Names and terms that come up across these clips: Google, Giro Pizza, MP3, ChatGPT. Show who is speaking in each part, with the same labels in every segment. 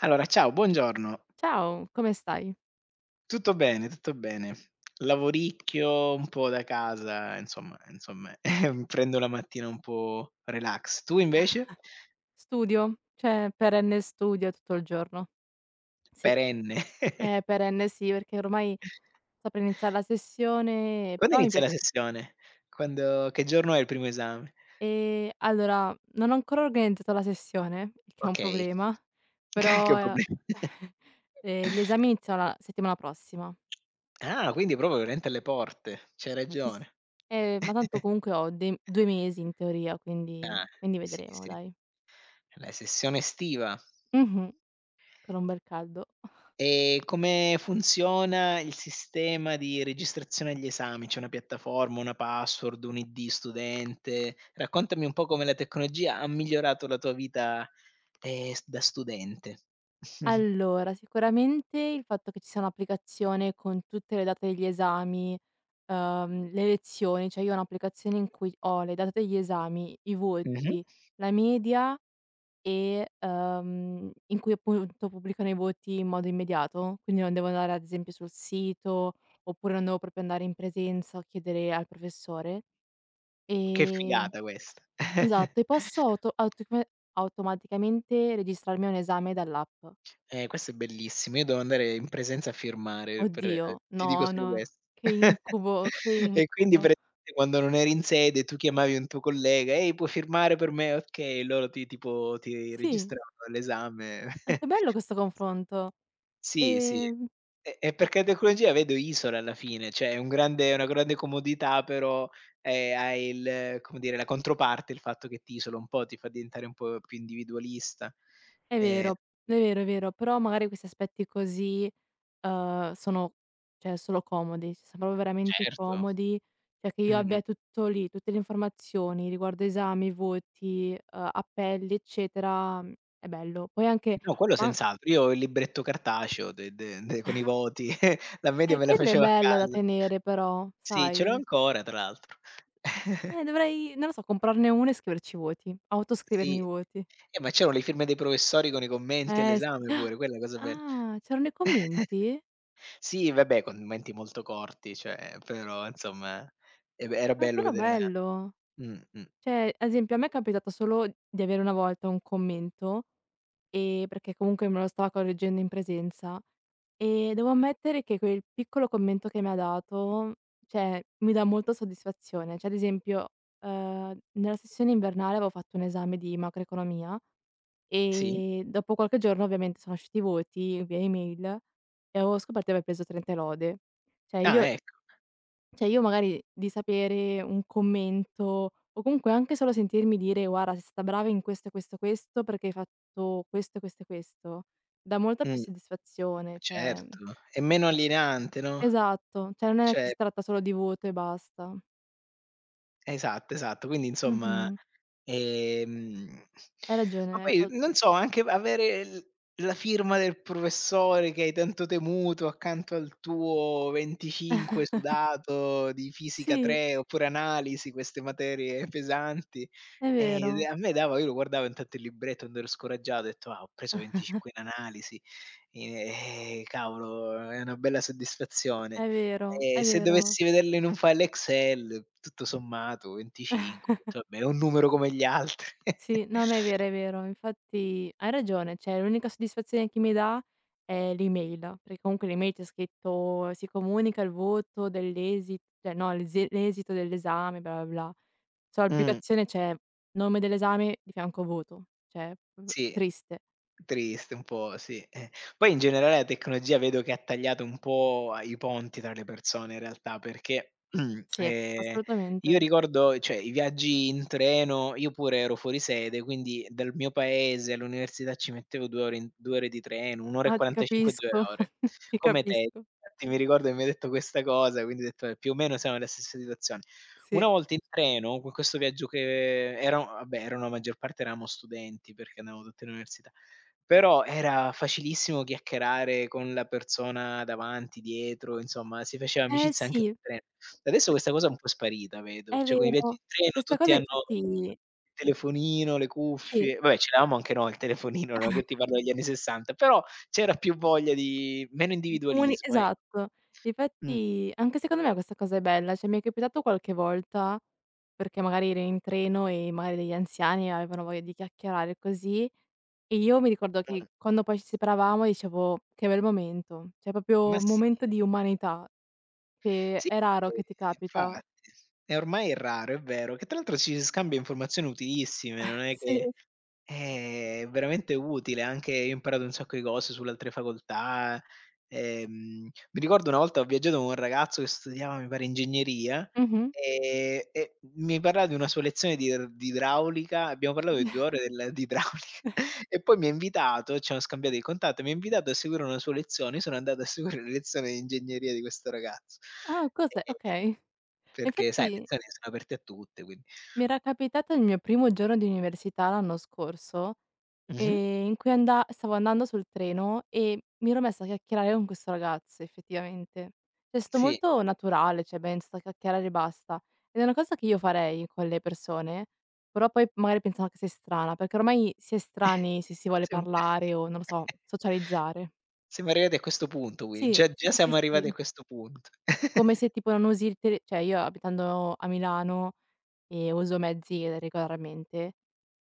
Speaker 1: Allora, ciao, buongiorno.
Speaker 2: Ciao, come stai?
Speaker 1: Tutto bene, tutto bene. Lavoricchio, un po' da casa, insomma, prendo la mattina un po' relax. Tu invece?
Speaker 2: Studio, cioè perenne studio tutto il giorno. Sì,
Speaker 1: Perenne.
Speaker 2: perenne sì, perché ormai sta per iniziare la sessione,
Speaker 1: Quando
Speaker 2: però mi
Speaker 1: inizia la
Speaker 2: piace
Speaker 1: sessione? Quando, che giorno è il primo esame?
Speaker 2: allora, non ho ancora organizzato la sessione, il che è un
Speaker 1: Okay.
Speaker 2: problema,
Speaker 1: Che
Speaker 2: però, ehm,
Speaker 1: problema.
Speaker 2: ehm, gli esami iniziano la settimana prossima.
Speaker 1: Ah, quindi proprio veramente alle porte. C'hai
Speaker 2: Sì, sì.
Speaker 1: ragione.
Speaker 2: Ma tanto comunque ho dei 2 mesi in teoria,
Speaker 1: Ah,
Speaker 2: quindi
Speaker 1: sì,
Speaker 2: vedremo
Speaker 1: sì.
Speaker 2: dai.
Speaker 1: La sessione estiva.
Speaker 2: Mh-mh, con un bel caldo.
Speaker 1: E come funziona il sistema di registrazione agli esami? C'è una piattaforma, una password, un ID studente? Raccontami un po' come la tecnologia ha migliorato la tua vita, s da studente.
Speaker 2: Allora, sicuramente il fatto che ci sia un'applicazione con tutte le date degli esami, le lezioni, cioè io ho un'applicazione in cui ho le date degli esami, i
Speaker 1: Mh-mh.
Speaker 2: voti, la media e in cui appunto pubblicano i voti in modo immediato, quindi non devo andare ad esempio sul sito oppure non devo proprio andare in presenza o chiedere al professore.
Speaker 1: Che
Speaker 2: E,
Speaker 1: figata questa!
Speaker 2: esatto, e posso automaticamente registrarmi a un esame dall'app.
Speaker 1: Questo è bellissimo. Io devo andare in presenza a firmare per
Speaker 2: Oddio,
Speaker 1: ti dico
Speaker 2: no,
Speaker 1: solo
Speaker 2: no,
Speaker 1: questo.
Speaker 2: che incubo, che
Speaker 1: E quindi
Speaker 2: incubo.
Speaker 1: praticamente quando non eri in sede tu chiamavi un tuo collega: "Ehi, puoi firmare per me?" Okay, loro ti tipo ti
Speaker 2: Sì,
Speaker 1: registravano all'esame.
Speaker 2: e che bello questo confronto.
Speaker 1: Sì, sì.
Speaker 2: Ehm,
Speaker 1: E perché la tecnologia vedo isola alla fine, cioè è un grande è una grande comodità però, hai il come dire, la controparte, il fatto che ti isola un po', ti fa diventare un po' più individualista.
Speaker 2: è
Speaker 1: Ehm
Speaker 2: vero, è vero, però magari questi aspetti così, sono cioè solo comodi, cioè son proprio veramente
Speaker 1: certo.
Speaker 2: comodi, cioè che io
Speaker 1: Mh-mh.
Speaker 2: abbia tutto lì, tutte le informazioni riguardo esami, voti, appelli, eccetera, mhmm, è bello. Poi anche
Speaker 1: No, quello
Speaker 2: ma
Speaker 1: senz'altro. Io ho il libretto cartaceo de con i voti, la media me la
Speaker 2: quello è
Speaker 1: facevo a
Speaker 2: bello da
Speaker 1: casa.
Speaker 2: tenere però,
Speaker 1: Sì, ce l'ho
Speaker 2: sai?
Speaker 1: ancora tra l'altro.
Speaker 2: Dovrei, non lo so, comprarne 1 e scriverci i voti, autoscrivermi
Speaker 1: Sì.
Speaker 2: i voti.
Speaker 1: Ma c'erano le firme dei professori con i commenti
Speaker 2: Eh
Speaker 1: all'esame
Speaker 2: sì.
Speaker 1: pure, quella è la cosa bella.
Speaker 2: Ah, c'erano i commenti?
Speaker 1: Sì, vabbè, commenti molto corti, cioè, però insomma, e beh, era
Speaker 2: Ah,
Speaker 1: bello
Speaker 2: però
Speaker 1: vedere la
Speaker 2: bello.
Speaker 1: mh.
Speaker 2: Cioè, ad esempio a me è capitato solo di avere una volta un commento, perché comunque me lo stava correggendo in presenza, e devo ammettere che quel piccolo commento che mi ha dato, cioè, mi dà molta soddisfazione. Cioè, ad esempio, nella sessione invernale avevo fatto un esame di macroeconomia.
Speaker 1: Sì?
Speaker 2: E dopo qualche giorno ovviamente sono usciti i voti via email e avevo scoperto di aver preso 30 lode. Cioè
Speaker 1: Ah,
Speaker 2: io
Speaker 1: ecco.
Speaker 2: cioè io magari di sapere un commento o comunque anche solo sentirmi dire: "Guarda, sei stata brava in questo e questo e questo perché hai fatto questo e questo e questo", dà molta più
Speaker 1: Mh,
Speaker 2: soddisfazione, cioè mhmm,
Speaker 1: certo. È meno alienante, no?
Speaker 2: esatto, cioè non è che
Speaker 1: Cioè,
Speaker 2: si tratta solo di voto e basta.
Speaker 1: esatto, esatto. Quindi insomma,
Speaker 2: Mh-mh.
Speaker 1: ehm
Speaker 2: Hai
Speaker 1: ma
Speaker 2: ragione, hai
Speaker 1: poi
Speaker 2: tol
Speaker 1: non so, anche avere l la firma del professore che hai tanto temuto accanto al tuo 25 sudato di fisica
Speaker 2: Sì,
Speaker 1: 3 oppure analisi, queste materie pesanti.
Speaker 2: è vero,
Speaker 1: A me dava io lo guardavo intanto il libretto quando ero scoraggiato, ho detto: "Ah, ho preso 25 in analisi." Cavolo, è una bella soddisfazione.
Speaker 2: è
Speaker 1: Se
Speaker 2: vero.
Speaker 1: dovessi vederlo in un file Excel, tutto sommato 25, ho detto: "Vabbè, è un numero come gli altri."
Speaker 2: Sì, no, no, è vero, è vero. Infatti hai ragione, cioè l'unica soddisfazione che mi dà è l'email, perché comunque l'email c'è scritto si comunica il voto dell'esito, cioè no, l'esito dell'esame, bla bla bla.
Speaker 1: Mh.
Speaker 2: Sull'applicazione c'è nome dell'esame di fianco voto, cioè v
Speaker 1: Sì,
Speaker 2: triste.
Speaker 1: triste un po', sì, eh. Poi in generale la tecnologia vedo che ha tagliato un po' a i ponti tra le persone in realtà, perché,
Speaker 2: Sì,
Speaker 1: ehm, io
Speaker 2: assolutamente.
Speaker 1: ricordo cioè i viaggi in treno io pure ero fuori sede, quindi dal mio paese all'università ci mettevo 2 ore in 2 ore di treno, 1 ora e
Speaker 2: Ah, ti
Speaker 1: 45, 2
Speaker 2: capisco,
Speaker 1: ore.
Speaker 2: ti
Speaker 1: Come te,
Speaker 2: capisco,
Speaker 1: infatti mi ricordo che mi hai detto questa cosa, quindi ho detto: più o meno siamo nella stessa situazio". Una
Speaker 2: sì.
Speaker 1: volta in treno, con questo viaggio che era vabbè, erano la maggior parte eravamo studenti, perché andavamo tutti all'università, però era facilissimo chiacchierare con la persona davanti, dietro, insomma si faceva
Speaker 2: Eh
Speaker 1: amicizia anche
Speaker 2: sì,
Speaker 1: sul treno. Adesso questa cosa è un po' sparita vedo,
Speaker 2: è
Speaker 1: cioè con i viaggi
Speaker 2: vero.
Speaker 1: in treno
Speaker 2: Questa
Speaker 1: tutti
Speaker 2: cosa
Speaker 1: hanno
Speaker 2: infatti
Speaker 1: il telefonino, le
Speaker 2: sì.
Speaker 1: cuffie, vabbè ce l'avevamo anche noi il telefonino, non è che ti parlo degli anni '60, però c'era più voglia di meno
Speaker 2: Di comuni
Speaker 1: individualismo, ecco.
Speaker 2: esatto.
Speaker 1: Mh,
Speaker 2: Difatti anche secondo me questa cosa è bella, cioè mi è capitato qualche volta, perché magari ero in treno e magari degli anziani avevano voglia di chiacchierare così, e io mi ricordo
Speaker 1: mh,
Speaker 2: che quando poi ci separavamo dicevo: "Che bel momento", cioè proprio
Speaker 1: ma
Speaker 2: un
Speaker 1: sì.
Speaker 2: momento di umanità che
Speaker 1: Sì,
Speaker 2: è raro
Speaker 1: ehm,
Speaker 2: che ti capita.
Speaker 1: infatti. E ormai è raro, è vero, che tra l'altro ci si scambia informazioni utilissime, non è
Speaker 2: Sì.
Speaker 1: che è veramente utile, anche io ho imparato un sacco di cose sulle altre facoltà. Ehm, mi ricordo una volta ho viaggiato con un ragazzo che studiava, mi pare, ingegneria.
Speaker 2: Mh-mh.
Speaker 1: E mi parla di una sua lezione di r di idraulica, abbiamo parlato per 2 ore del di idraulica e poi mi ha invitato, ci siamo scambiati il contatto, mi ha invitato a seguire una sua lezione, io sono andato a seguire la lezione di ingegneria di questo ragazzo.
Speaker 2: Ah, cos'è?
Speaker 1: Ehm,
Speaker 2: Okay. E
Speaker 1: perché sai, le
Speaker 2: infatti
Speaker 1: lezioni sono aperte a tutte, quindi
Speaker 2: mi era capitato il mio primo giorno di università l'anno scorso.
Speaker 1: mh-mh,
Speaker 2: In cui anda stavo andando sul treno e mi ero messa a chiacchierare con questo ragazzo effettivamente. Cioè, è stato
Speaker 1: sì,
Speaker 2: molto naturale, cioè abbiamo iniziato a chiacchierare e basta. Ed è una cosa che io farei con le persone, però poi magari pensano che sei strana, perché ormai si è strani se si vuole
Speaker 1: siamo
Speaker 2: parlare o, non lo so, socializzare.
Speaker 1: siamo arrivati a questo punto qui,
Speaker 2: Sì,
Speaker 1: già già siamo arrivati
Speaker 2: sì.
Speaker 1: a questo punto.
Speaker 2: Come se tipo non usi il tele cioè io abitando a Milano, uso mezzi regolarmente,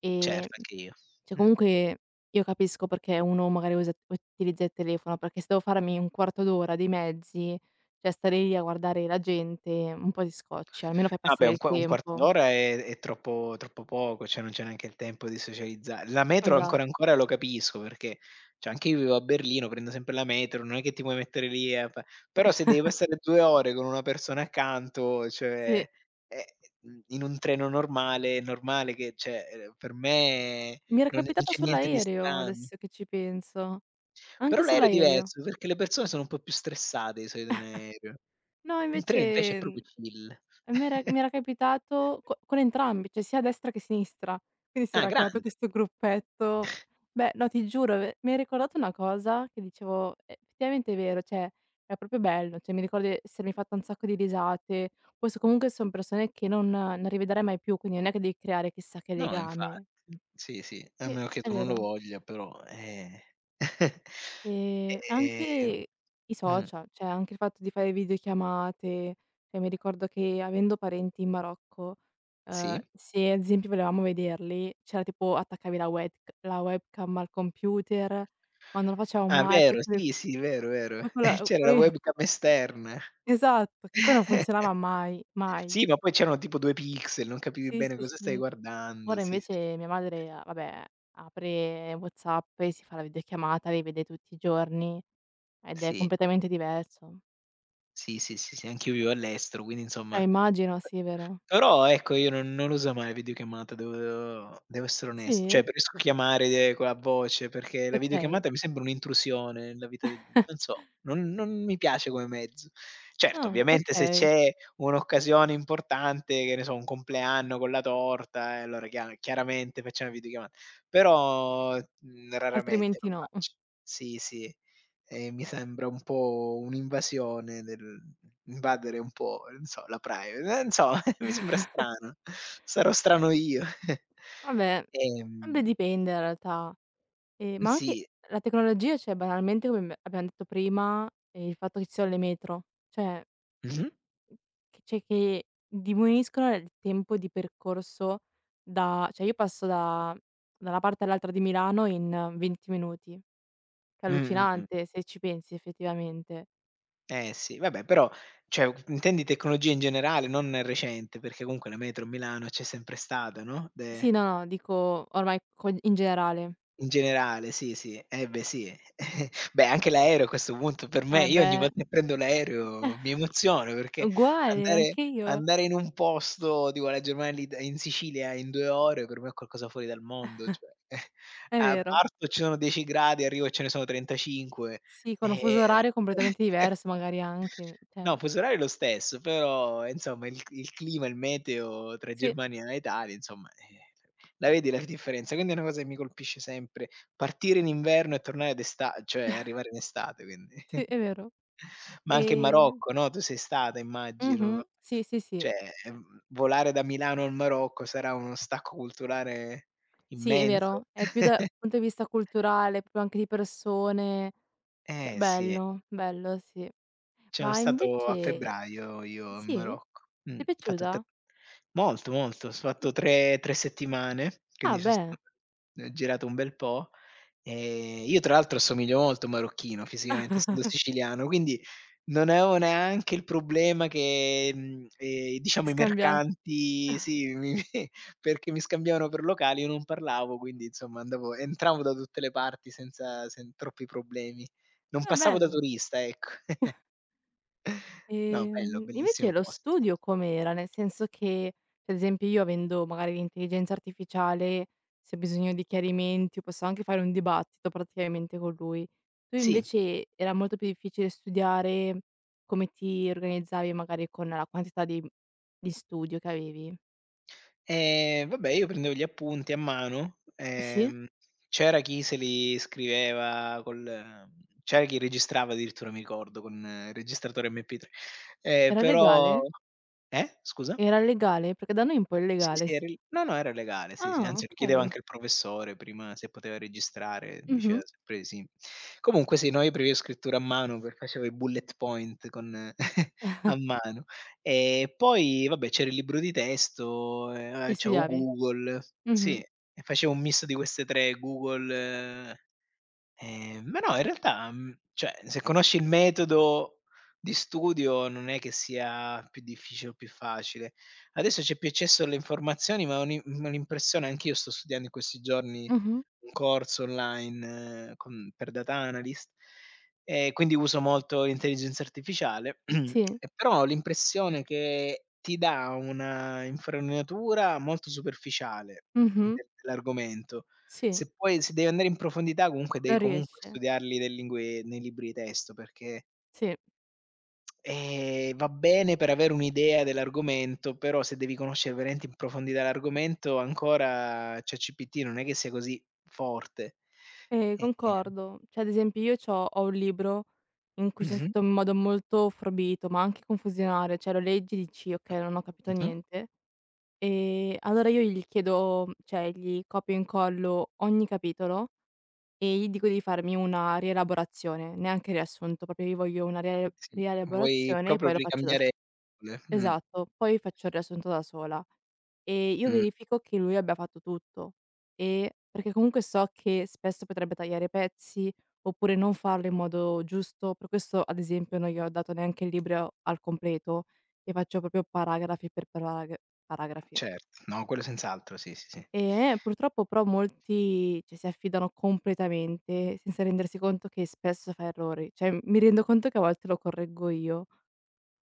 Speaker 2: ehm
Speaker 1: Certo, anche io.
Speaker 2: cioè
Speaker 1: Mh.
Speaker 2: comunque io capisco perché uno magari usa utilizza il telefono, perché se devo farmi un quarto d'ora di mezzi, cioè stare lì a guardare la gente un po' ti scocci, almeno fai
Speaker 1: Ah beh,
Speaker 2: passare il
Speaker 1: un quarto
Speaker 2: tempo.
Speaker 1: d'ora è troppo troppo poco, cioè non c'è neanche il tempo di socializza la metro
Speaker 2: Esa
Speaker 1: ancora ancora lo capisco perché cioè anche io vivo a Berlino, prendo sempre la metro, non è che ti puoi mettere lì a fa però se devi passare 2 ore con una persona accanto, cioè,
Speaker 2: sì.
Speaker 1: ehm, in un treno normale, è normale che cioè, per me
Speaker 2: Mi era
Speaker 1: non è non
Speaker 2: capitato
Speaker 1: c'è niente di
Speaker 2: sull'aereo,
Speaker 1: strano.
Speaker 2: adesso che ci penso.
Speaker 1: Però
Speaker 2: Anche
Speaker 1: l'aereo è
Speaker 2: sull'aereo.
Speaker 1: diverso, perché le persone sono un po' più stressate di solito in aereo.
Speaker 2: No
Speaker 1: In treno invece è
Speaker 2: invece
Speaker 1: proprio
Speaker 2: mhmm,
Speaker 1: chill.
Speaker 2: e m'era capitato co con entrambi, cioè sia a destra che a sinistra. Quindi si
Speaker 1: Ah,
Speaker 2: era creato
Speaker 1: grande.
Speaker 2: questo gruppetto. Beh, no, ti giuro, ve mi hai ricordato una cosa che dicevo: effettivamente è vero, cioè è proprio bello". Cioè mi ricordo di essermi fatta un sacco di risate. Poi s comunque son persone che non rivedrai mai più, quindi non è che devi creare chissà che
Speaker 1: No, infatti.
Speaker 2: legame.
Speaker 1: Sì, sì, a
Speaker 2: Sì,
Speaker 1: meno che
Speaker 2: è
Speaker 1: tu non lo
Speaker 2: vero.
Speaker 1: voglia però, eh. Ehm
Speaker 2: Anche i
Speaker 1: mh,
Speaker 2: social, cioè anche il fatto di fare videochiamate, cioè mi ricordo che avendo parenti in Marocco,
Speaker 1: sì.
Speaker 2: se ad esempio volevamo vederli, c'era tipo attaccavi la wetc la webcam al computer, ma non lo facevamo
Speaker 1: Ah,
Speaker 2: mai, poi
Speaker 1: vero,
Speaker 2: con le
Speaker 1: sì, sì, vero, vero.
Speaker 2: poi con la
Speaker 1: C'era la
Speaker 2: poi
Speaker 1: webcam esterna.
Speaker 2: esatto, che poi non funzionava mai, mai.
Speaker 1: Sì, ma poi c'erano tipo 2 pixel, non capivi
Speaker 2: Sì,
Speaker 1: bene
Speaker 2: sì,
Speaker 1: cosa stai
Speaker 2: sì.
Speaker 1: guardando.
Speaker 2: Ora
Speaker 1: Sì, sì.
Speaker 2: invece mia madre, a vabbè, apre WhatsApp e si fa la videochiamata, li vede tutti i giorni ed è
Speaker 1: Sì,
Speaker 2: completamente diverso.
Speaker 1: sì, sì, sì, sì, anch'io vivo all'estero, quindi insomma.
Speaker 2: Immagino, sì, è vero?
Speaker 1: Però ecco io non uso mai videochiamata, devo essere onest cioè
Speaker 2: Sì?
Speaker 1: preferisco chiamare con la voce, perché la
Speaker 2: Okay.
Speaker 1: videochiamata mi sembra un'intrusione nella vita del non so, non mi piace come mezzo. Certo,
Speaker 2: No,
Speaker 1: ovviamente se
Speaker 2: okay.
Speaker 1: c'è un'occasione importante, che ne so, un compleanno con la torta, e allora chia chiaramente facciamo videochiamata, però, raramente
Speaker 2: Altrimenti
Speaker 1: lo
Speaker 2: no.
Speaker 1: faccio. Sì, sì. E mi sembra un po' un'invasione del invadere un po', non so, la priva non so, mi sembra strano. Sarò strano io.
Speaker 2: Vabbè, vabbè
Speaker 1: Ehm,
Speaker 2: dipende in realtà. Ma anche
Speaker 1: sì.
Speaker 2: la tecnologia, cioè banalmente come me abbiamo detto prima, il fatto che ci sono le metro, cioè
Speaker 1: Mh-mh.
Speaker 2: cioè che diminuiscono il tempo di percorso da cioè io passo da una parte all'altra di Milano in 20 minuti, che è
Speaker 1: Mh-mh.
Speaker 2: allucinante se ci pensi effettivamente.
Speaker 1: Eh sì, vabbè però cioè, intendi tecnologia in generale, non recente, perché comunque la metro a Milano c'è sempre stata, no, de.
Speaker 2: Sì, no, no, dico ormai co in generale.
Speaker 1: In generale, sì, sì. Eh beh sì. Beh, anche l'aereo a questo punto per me
Speaker 2: Eh
Speaker 1: io ogni
Speaker 2: beh
Speaker 1: volta che prendo l'aereo mi emoziono perché
Speaker 2: uguale,
Speaker 1: andare
Speaker 2: anche io.
Speaker 1: andare in un posto, tipo la Germania l'It in Sicilia in 2 ore per me è qualcosa fuori dal mondo, cioè
Speaker 2: È
Speaker 1: a
Speaker 2: vero.
Speaker 1: parto ci sono 10 gradi, arrivo e ce ne sono 35.
Speaker 2: Sì, con un
Speaker 1: Eh.
Speaker 2: fuso orario completamente diverso magari anche,
Speaker 1: No,
Speaker 2: cioè
Speaker 1: fuso orario è lo stesso, però insomma il clima, il meteo tra
Speaker 2: sì,
Speaker 1: Germania e Italia insomma, la vedi la differenza. Quindi è una cosa che mi colpisce sempre, partire in inverno e tornare d'esta cioè arrivare in estate quindi.
Speaker 2: sì, è vero.
Speaker 1: Ma anche in
Speaker 2: Ehm
Speaker 1: Marocco, no, tu sei stata
Speaker 2: mh-mh,
Speaker 1: immagino.
Speaker 2: sì, sì, sì.
Speaker 1: Cioè, volare da Milano al Marocco sarà uno stacco culturale
Speaker 2: Sì, è
Speaker 1: immenso.
Speaker 2: vero. È più dal punto di vista culturale, proprio anche di persone, cioè
Speaker 1: Eh sì.
Speaker 2: bello, bello, sì.
Speaker 1: Ci sono
Speaker 2: Ma
Speaker 1: stato a
Speaker 2: invece
Speaker 1: febbraio io in
Speaker 2: sì?
Speaker 1: Marocco.
Speaker 2: Ti
Speaker 1: Ho
Speaker 2: è
Speaker 1: fatto tre
Speaker 2: piaciuta?
Speaker 1: molto, molto. Ho fatto 3- 3 settimane,
Speaker 2: Ah
Speaker 1: quindi son
Speaker 2: beh,
Speaker 1: stato ho girato un bel po'. Io tra l'altro assomiglio molto a un marocchino fisicamente, essendo siciliano, quindi non avevo neanche il problema che, diciamo
Speaker 2: ti
Speaker 1: i
Speaker 2: scambia
Speaker 1: mercanti sì, mi mi perché mi scambiavano per locali, io non parlavo, quindi insomma andavo entravo da tutte le parti senza sen troppi problemi. Non
Speaker 2: ah
Speaker 1: passavo da
Speaker 2: bello.
Speaker 1: turista, ecco. No, bello, bellissimo
Speaker 2: Invece lo
Speaker 1: posto.
Speaker 2: studio com'era? Nel senso che, cioè, ad esempio, io avendo magari l'intelligenza artificiale, se ho bisogno di chiarimenti, posso anche fare un dibattito praticamente con lui. Tu
Speaker 1: Sì,
Speaker 2: invece era molto più difficile studiare, come ti organizzavi magari con la quantità di studio che avevi?
Speaker 1: vabbè io prendevo gli appunti a mano,
Speaker 2: Sì?
Speaker 1: c'era chi se li scriveva col c'era chi registrava addirittura mi ricordo con il registratore MP3,
Speaker 2: Era
Speaker 1: però
Speaker 2: legale?
Speaker 1: scusa?
Speaker 2: Era legale? Perché da noi è un po'
Speaker 1: Sì,
Speaker 2: illegale
Speaker 1: sì,
Speaker 2: s
Speaker 1: era il no, no, era legale, sì, sì,
Speaker 2: ah,
Speaker 1: anzi lo chiedeva
Speaker 2: okay.
Speaker 1: anche il professore prima se poteva registrare, diceva
Speaker 2: Mh-mh.
Speaker 1: sempre di sì. Comunque sì, no, io preferivo scrittura a mano per facevo i bullet point con a mano. E poi vabbè c'era il libro di testo, e vabbè
Speaker 2: E
Speaker 1: c'avevo
Speaker 2: studiavi?
Speaker 1: Google, sì,
Speaker 2: Mh-mh.
Speaker 1: e facevo un misto di queste 3, Google eh. Ma no, in realtà, cioè, se conosci il metodo di studio non è che sia più difficile o più facile. Adesso c'è più accesso alle informazioni, ma ho ho l'impressione anch'io sto studiando in questi giorni
Speaker 2: Mh-mh.
Speaker 1: un corso online con per data analyst, e quindi uso molto l'intelligenza artificiale,
Speaker 2: Sì.
Speaker 1: e però ho l'impressione che ti dà una infarinatura molto superficiale
Speaker 2: Mh-mh.
Speaker 1: de dell'argomento.
Speaker 2: Sì.
Speaker 1: Se poi se devi andare in profondità comunque devi
Speaker 2: Non
Speaker 1: comunque
Speaker 2: riesce.
Speaker 1: studiarli nel lingue nei libri di testo, perché
Speaker 2: Sì,
Speaker 1: Va bene per avere un'idea dell'argomento, però se devi conoscere veramente in profondità l'argomento ancora ChatGPT non è che sia così forte. E
Speaker 2: concordo. Cioè, ad esempio io c'ho ho un libro in cui c'è
Speaker 1: mh-mh.
Speaker 2: scritto in modo molto forbito, ma anche confusionario, cioè lo leggi e dici: "Okay, non ho capito
Speaker 1: Mh-mh.
Speaker 2: niente". Allora io gli chiedo cioè gli copio e incollo ogni capitolo e gli dico di farmi una rielaborazione, neanche riassunto, proprio io voglio una
Speaker 1: Sì, vuoi
Speaker 2: rielaborazione e
Speaker 1: proprio
Speaker 2: poi lo faccio da s
Speaker 1: ricambiare le
Speaker 2: esatto, poi faccio il riassunto da sola. E io
Speaker 1: mh,
Speaker 2: verifico che lui abbia fatto tutto, perché comunque so che spesso potrebbe tagliare i pezzi, oppure non farlo in modo giusto. Per questo, ad esempio, non gli ho dato neanche il libro al completo, gli faccio proprio paragrafi.
Speaker 1: certo. No, quello senz'altro, sì, sì, sì.
Speaker 2: E, purtroppo però molti, cioè, si affidano completamente senza rendersi conto che spesso fa errori. Cioè, mi rendo conto che a volte lo correggo io.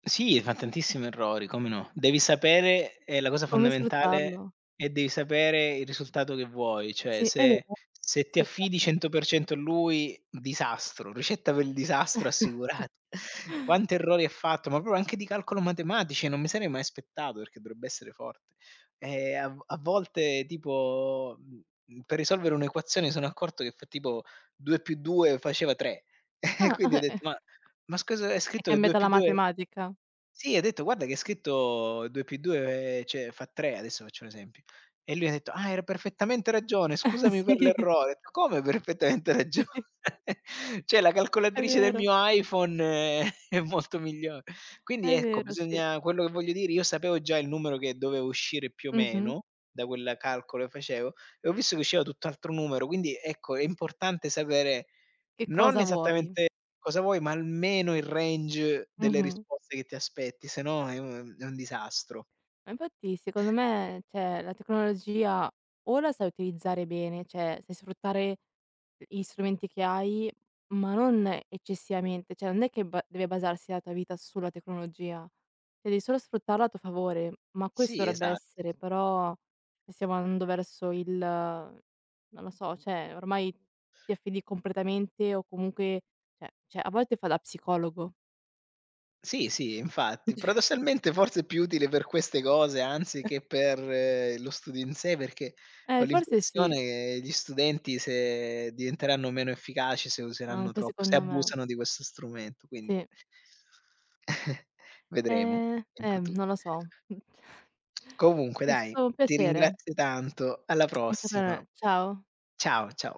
Speaker 1: Sì, fa tantissimi errori, come no. Devi sapere la cosa
Speaker 2: Come sfruttarlo?
Speaker 1: fondamentale è devi sapere il risultato che vuoi, cioè
Speaker 2: Sì, è
Speaker 1: se
Speaker 2: vero.
Speaker 1: se ti
Speaker 2: Sì,
Speaker 1: affidi
Speaker 2: bravo.
Speaker 1: 100% a lui, disastro, ricetta per il disastro assicurata. Quanti errori ha fatto, ma proprio anche di calcolo matematici, non mi sarei mai aspettato perché dovrebbe essere forte. A volte tipo, per risolvere un'equazione sono accorto che fa tipo 2 più 2 faceva 3 e
Speaker 2: Ah,
Speaker 1: quindi ho
Speaker 2: eh,
Speaker 1: detto: ma scusa, è
Speaker 2: è
Speaker 1: scritto che 2
Speaker 2: cambiata
Speaker 1: più
Speaker 2: la
Speaker 1: 2".
Speaker 2: matematica.
Speaker 1: Sì, ha detto: "Guarda che è scritto 2 più 2, cioè fa 3", adesso faccio un esempio. E lui ha detto: "Ah, hai perfettamente ragione, scusami
Speaker 2: Sì,
Speaker 1: per l'errore". Ho detto: "Come perfettamente ragione?"
Speaker 2: sì,
Speaker 1: Cioè la
Speaker 2: è
Speaker 1: calcolatrice del
Speaker 2: vero,
Speaker 1: mio iPhone è molto migliore. Quindi ecco,
Speaker 2: sì.
Speaker 1: bisogna quello che voglio dire, io sapevo già il numero che doveva uscire più o
Speaker 2: Mh-mh.
Speaker 1: meno, da quel calcolo che facevo, e ho visto che usciva tutt'altro numero, quindi ecco, è importante sapere
Speaker 2: Che
Speaker 1: non
Speaker 2: cosa vuoi?
Speaker 1: esattamente cosa vuoi, ma almeno il range delle
Speaker 2: Mh-mh.
Speaker 1: risposte che ti aspetti, se no è un disastro.
Speaker 2: Ma infatti secondo me, cioè, la tecnologia o la sai utilizzare bene, cioè sai sfruttare gli strumenti che hai, ma non eccessivamente, cioè non è che ba deve basarsi la tua vita sulla tecnologia, cioè devi solo sfruttarla a tuo favore, ma questo
Speaker 1: Sì,
Speaker 2: dovrebbe
Speaker 1: esatto.
Speaker 2: essere, però se stiamo andando verso il non lo so, cioè ormai ti affidi completamente o comunque cioè cioè a volte fa da psicologo.
Speaker 1: Sì, sì, infatti. Paradossalmente forse è più utile per queste cose
Speaker 2: Cioè,
Speaker 1: anziché per lo studio in sé, perché ho
Speaker 2: eh forse
Speaker 1: l'impressione
Speaker 2: sì,
Speaker 1: che gli studenti se diventeranno meno efficaci se useranno
Speaker 2: anche
Speaker 1: troppo, se
Speaker 2: secondo me,
Speaker 1: abusano di questo strumento, quindi
Speaker 2: sì.
Speaker 1: vedremo in futu.
Speaker 2: Non lo so.
Speaker 1: Comunque
Speaker 2: È
Speaker 1: dai,
Speaker 2: stato un
Speaker 1: ti
Speaker 2: piacere,
Speaker 1: ringrazio tanto. Alla
Speaker 2: anche per
Speaker 1: prossima.
Speaker 2: me. Ciao.
Speaker 1: Ciao, ciao.